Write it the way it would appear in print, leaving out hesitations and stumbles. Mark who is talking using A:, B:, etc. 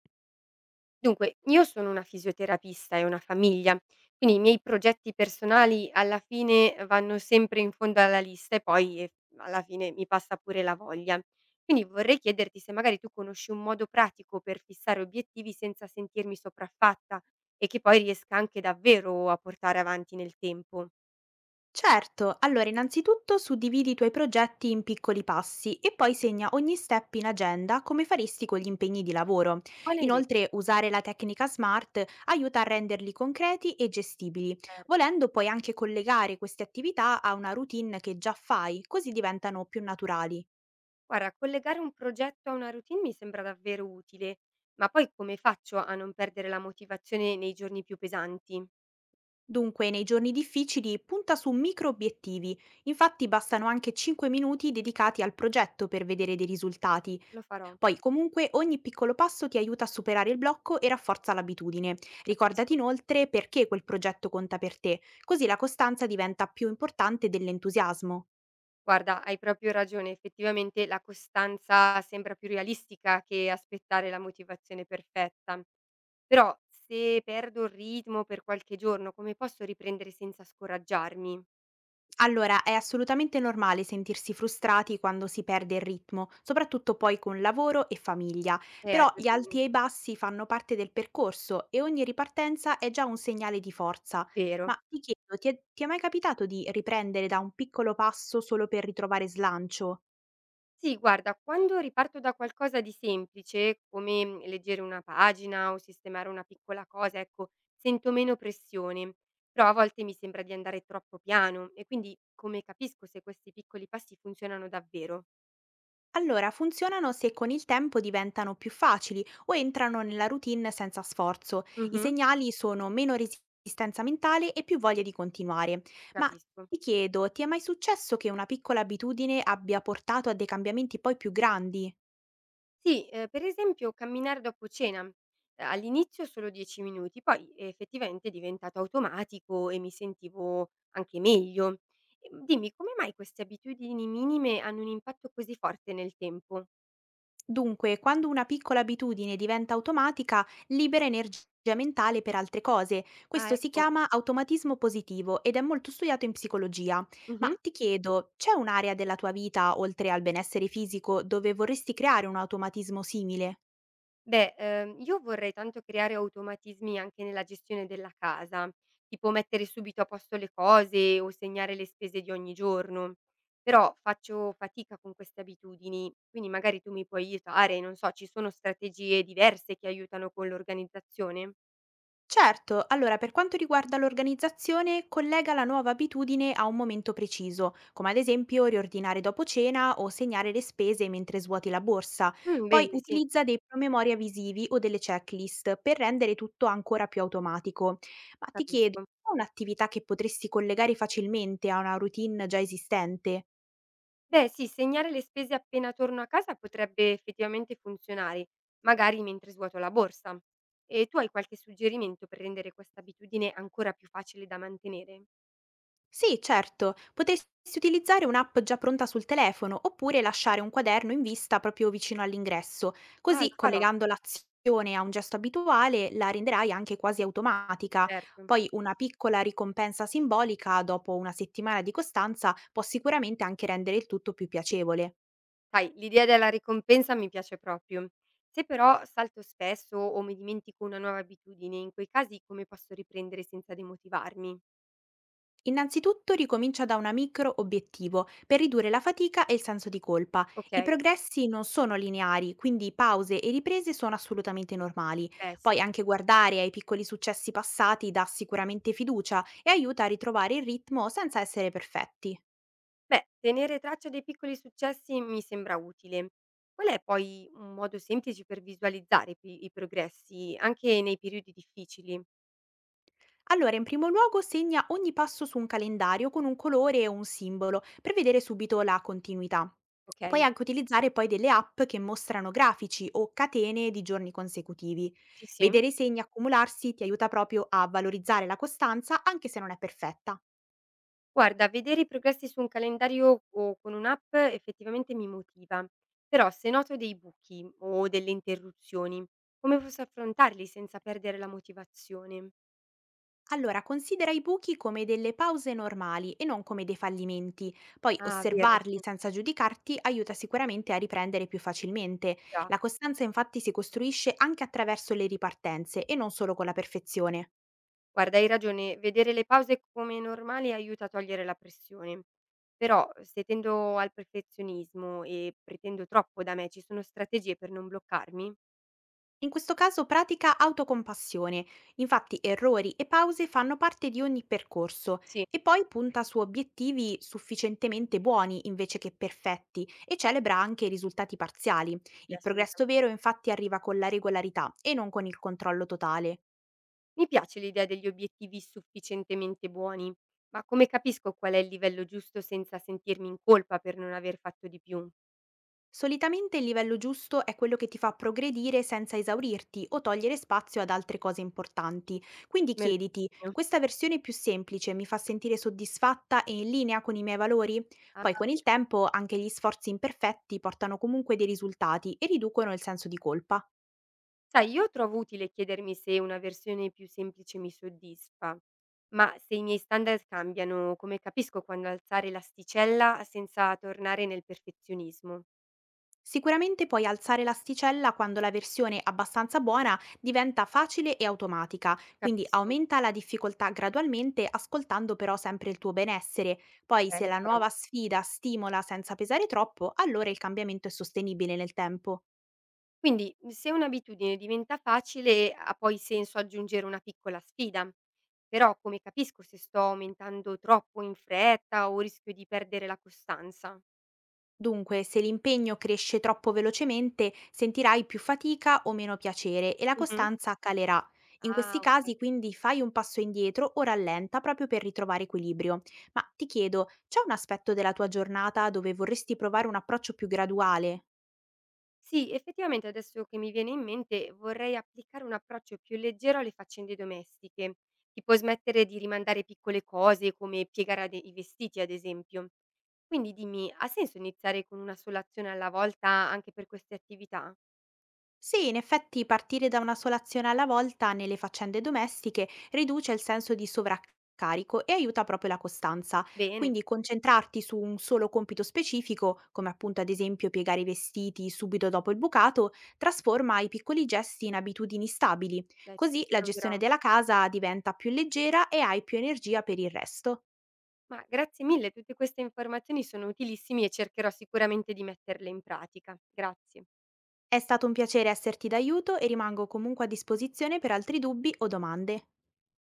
A: Dunque, io sono una fisioterapista e una famiglia, quindi i miei progetti personali alla fine vanno sempre in fondo alla lista e poi alla fine mi passa pure la voglia. Quindi vorrei chiederti se magari tu conosci un modo pratico per fissare obiettivi senza sentirmi sopraffatta e che poi riesca anche davvero a portare avanti nel tempo.
B: Certo, allora innanzitutto suddividi i tuoi progetti in piccoli passi e poi segna ogni step in agenda come faresti con gli impegni di lavoro.
A: Buona idea,
B: Inoltre usare la tecnica smart aiuta a renderli concreti e gestibili.
A: certo.
B: Volendo puoi anche collegare queste attività a una routine che già fai, così diventano più naturali.
A: Guarda, collegare un progetto a una routine mi sembra davvero utile, ma poi come faccio a non perdere la motivazione nei giorni più pesanti?
B: Dunque, nei giorni difficili punta su micro obiettivi, infatti bastano anche 5 minuti dedicati al progetto per vedere dei risultati.
A: Lo farò.
B: Poi comunque ogni piccolo passo ti aiuta a superare il blocco e rafforza l'abitudine.
A: Capisco.
B: Ricordati inoltre perché quel progetto conta per te, così la costanza diventa più importante dell'entusiasmo.
A: Guarda, hai proprio ragione. Effettivamente la costanza sembra più realistica che aspettare la motivazione perfetta. Però se perdo il ritmo per qualche giorno, come posso riprendere senza scoraggiarmi?
B: Allora, è assolutamente normale sentirsi frustrati quando si perde il ritmo, soprattutto poi con lavoro e famiglia,
A: Hai
B: però gli
A: ragione.
B: alti e i bassi fanno parte del percorso e ogni ripartenza è già un segnale di forza.
A: Vero.
B: Ma ti chiedo, ti è mai capitato di riprendere da un piccolo passo solo per ritrovare slancio?
A: Sì, guarda, quando riparto da qualcosa di semplice, come leggere una pagina o sistemare una piccola cosa, ecco, sento meno pressione. Però a volte mi sembra di andare troppo piano e quindi come capisco se questi piccoli passi funzionano davvero?
B: Allora, funzionano se con il tempo diventano più facili o entrano nella routine senza sforzo. I
A: Mh-mh,
B: segnali sono meno resistenza mentale e più voglia di continuare. Ma
A: capisco.
B: ti chiedo, ti è mai successo che una piccola abitudine abbia portato a dei cambiamenti poi più grandi?
A: Sì, per esempio camminare dopo cena. All'inizio solo 10 minuti, poi effettivamente è diventato automatico e mi sentivo anche meglio. Dimmi come mai queste abitudini minime hanno un impatto così forte nel tempo?
B: Dunque, quando una piccola abitudine diventa automatica, libera energia mentale per altre cose.
A: Ah
B: Questo si
A: ecco.
B: chiama automatismo positivo ed è molto studiato in psicologia. Ma
A: Mh-mh.
B: ti chiedo, c'è un'area della tua vita, oltre al benessere fisico, dove vorresti creare un automatismo simile?
A: Beh, io vorrei tanto creare automatismi anche nella gestione della casa, tipo mettere subito a posto le cose o segnare le spese di ogni giorno. Però faccio fatica con queste abitudini, quindi magari tu mi puoi aiutare, non so, ci sono strategie diverse che aiutano con l'organizzazione?
B: Certo, allora per quanto riguarda l'organizzazione, collega la nuova abitudine a un momento preciso, come ad esempio riordinare dopo cena o segnare le spese mentre svuoti la borsa.
A: Mm,
B: Poi
A: bene, sì,
B: utilizza dei promemoria visivi o delle checklist per rendere tutto ancora più automatico. Ma ti chiedo,
A: capisco.
B: è un'attività che potresti collegare facilmente a una routine già esistente?
A: Beh sì, segnare le spese appena torno a casa potrebbe effettivamente funzionare, magari mentre svuoto la borsa. E tu hai qualche suggerimento per rendere questa abitudine ancora più facile da mantenere?
B: Sì, certo, potresti utilizzare un'app già pronta sul telefono oppure lasciare un quaderno in vista proprio vicino all'ingresso,
A: Ah, lo
B: così
A: farò,
B: collegando l'azione a un gesto abituale la renderai anche quasi automatica.
A: certo.
B: Poi una piccola ricompensa simbolica dopo una settimana di costanza può sicuramente anche rendere il tutto più piacevole.
A: Sai, l'idea della ricompensa mi piace proprio. Se però salto spesso o mi dimentico una nuova abitudine, in quei casi come posso riprendere senza demotivarmi?
B: Innanzitutto ricomincia da una micro obiettivo per ridurre la fatica e il senso di colpa. I
A: Ok?
B: progressi non sono lineari, quindi pause e riprese sono assolutamente normali.
A: Beh sì.
B: Poi anche guardare ai piccoli successi passati dà sicuramente fiducia e aiuta a ritrovare il ritmo senza essere perfetti.
A: Beh, tenere traccia dei piccoli successi mi sembra utile. Qual è poi un modo semplice per visualizzare i i progressi, anche nei periodi difficili?
B: Allora, in primo luogo segna ogni passo su un calendario con un colore o un simbolo per vedere subito la continuità.
A: Ok,
B: Puoi anche utilizzare poi delle app che mostrano grafici o catene di giorni consecutivi.
A: sì, sì.
B: Vedere i segni accumularsi ti aiuta proprio a valorizzare la costanza anche se non è perfetta.
A: Guarda, vedere i progressi su un calendario o con un'app effettivamente mi motiva, però se noto dei buchi o delle interruzioni, come posso affrontarli senza perdere la motivazione?
B: Allora, considera i buchi come delle pause normali e non come dei fallimenti. Poi
A: Ah, vero,
B: osservarli
A: sì,
B: senza giudicarti aiuta sicuramente a riprendere più facilmente.
A: già.
B: La costanza infatti si costruisce anche attraverso le ripartenze e non solo con la perfezione.
A: Guarda, hai ragione, vedere le pause come normali aiuta a togliere la pressione. Però se tendo al perfezionismo e pretendo troppo da me, ci sono strategie per non bloccarmi?
B: In questo caso pratica autocompassione, infatti errori e pause fanno parte di ogni percorso
A: Sì,
B: e poi punta su obiettivi sufficientemente buoni invece che perfetti e celebra anche i risultati parziali.
A: sì,
B: Il progresso
A: assolutamente.
B: vero infatti arriva con la regolarità e non con il controllo totale.
A: Mi piace l'idea degli obiettivi sufficientemente buoni, ma come capisco qual è il livello giusto senza sentirmi in colpa per non aver fatto di più?
B: Solitamente il livello giusto è quello che ti fa progredire senza esaurirti o togliere spazio ad altre cose importanti. Quindi
A: Me lo
B: chiediti,
A: segno.
B: questa versione più semplice mi fa sentire soddisfatta e in linea con i miei valori? Poi con il tempo anche gli sforzi imperfetti portano comunque dei risultati e riducono il senso di colpa.
A: Sai, io trovo utile chiedermi se una versione più semplice mi soddisfa, ma se i miei standard cambiano, come capisco quando alzare l'asticella senza tornare nel perfezionismo?
B: Sicuramente puoi alzare l'asticella quando la versione abbastanza buona diventa facile e automatica, quindi
A: Capisco,
B: aumenta la difficoltà gradualmente ascoltando però sempre il tuo benessere. Poi se
A: lo
B: la
A: farò.
B: nuova sfida stimola senza pesare troppo, allora il cambiamento è sostenibile nel tempo.
A: Quindi, se un'abitudine diventa facile, ha poi senso aggiungere una piccola sfida. Però, come capisco se sto aumentando troppo in fretta o rischio di perdere la costanza?
B: Dunque, se l'impegno cresce troppo velocemente, sentirai più fatica o meno piacere e la
A: Mhm.
B: costanza calerà. In
A: Ah,
B: questi
A: ok.
B: casi, quindi, fai un passo indietro o rallenta proprio per ritrovare equilibrio. Ma ti chiedo, c'è un aspetto della tua giornata dove vorresti provare un approccio più graduale?
A: Sì, effettivamente adesso che mi viene in mente vorrei applicare un approccio più leggero alle faccende domestiche, tipo smettere di rimandare piccole cose come piegare i vestiti, ad esempio. Quindi dimmi, ha senso iniziare con una sola azione alla volta anche per queste attività?
B: Sì, in effetti partire da una sola azione alla volta nelle faccende domestiche riduce il senso di sovraccarico e aiuta proprio la costanza.
A: Bene,
B: Quindi concentrarti su un solo compito specifico, come appunto ad esempio piegare i vestiti subito dopo il bucato, trasforma i piccoli gesti in abitudini stabili.
A: beh, ci
B: Così la
A: proverò.
B: gestione della casa diventa più leggera e hai più energia per il resto.
A: Ma grazie mille, tutte queste informazioni sono utilissime e cercherò sicuramente di metterle in pratica. Grazie.
B: È stato un piacere esserti d'aiuto e rimango comunque a disposizione per altri dubbi o domande.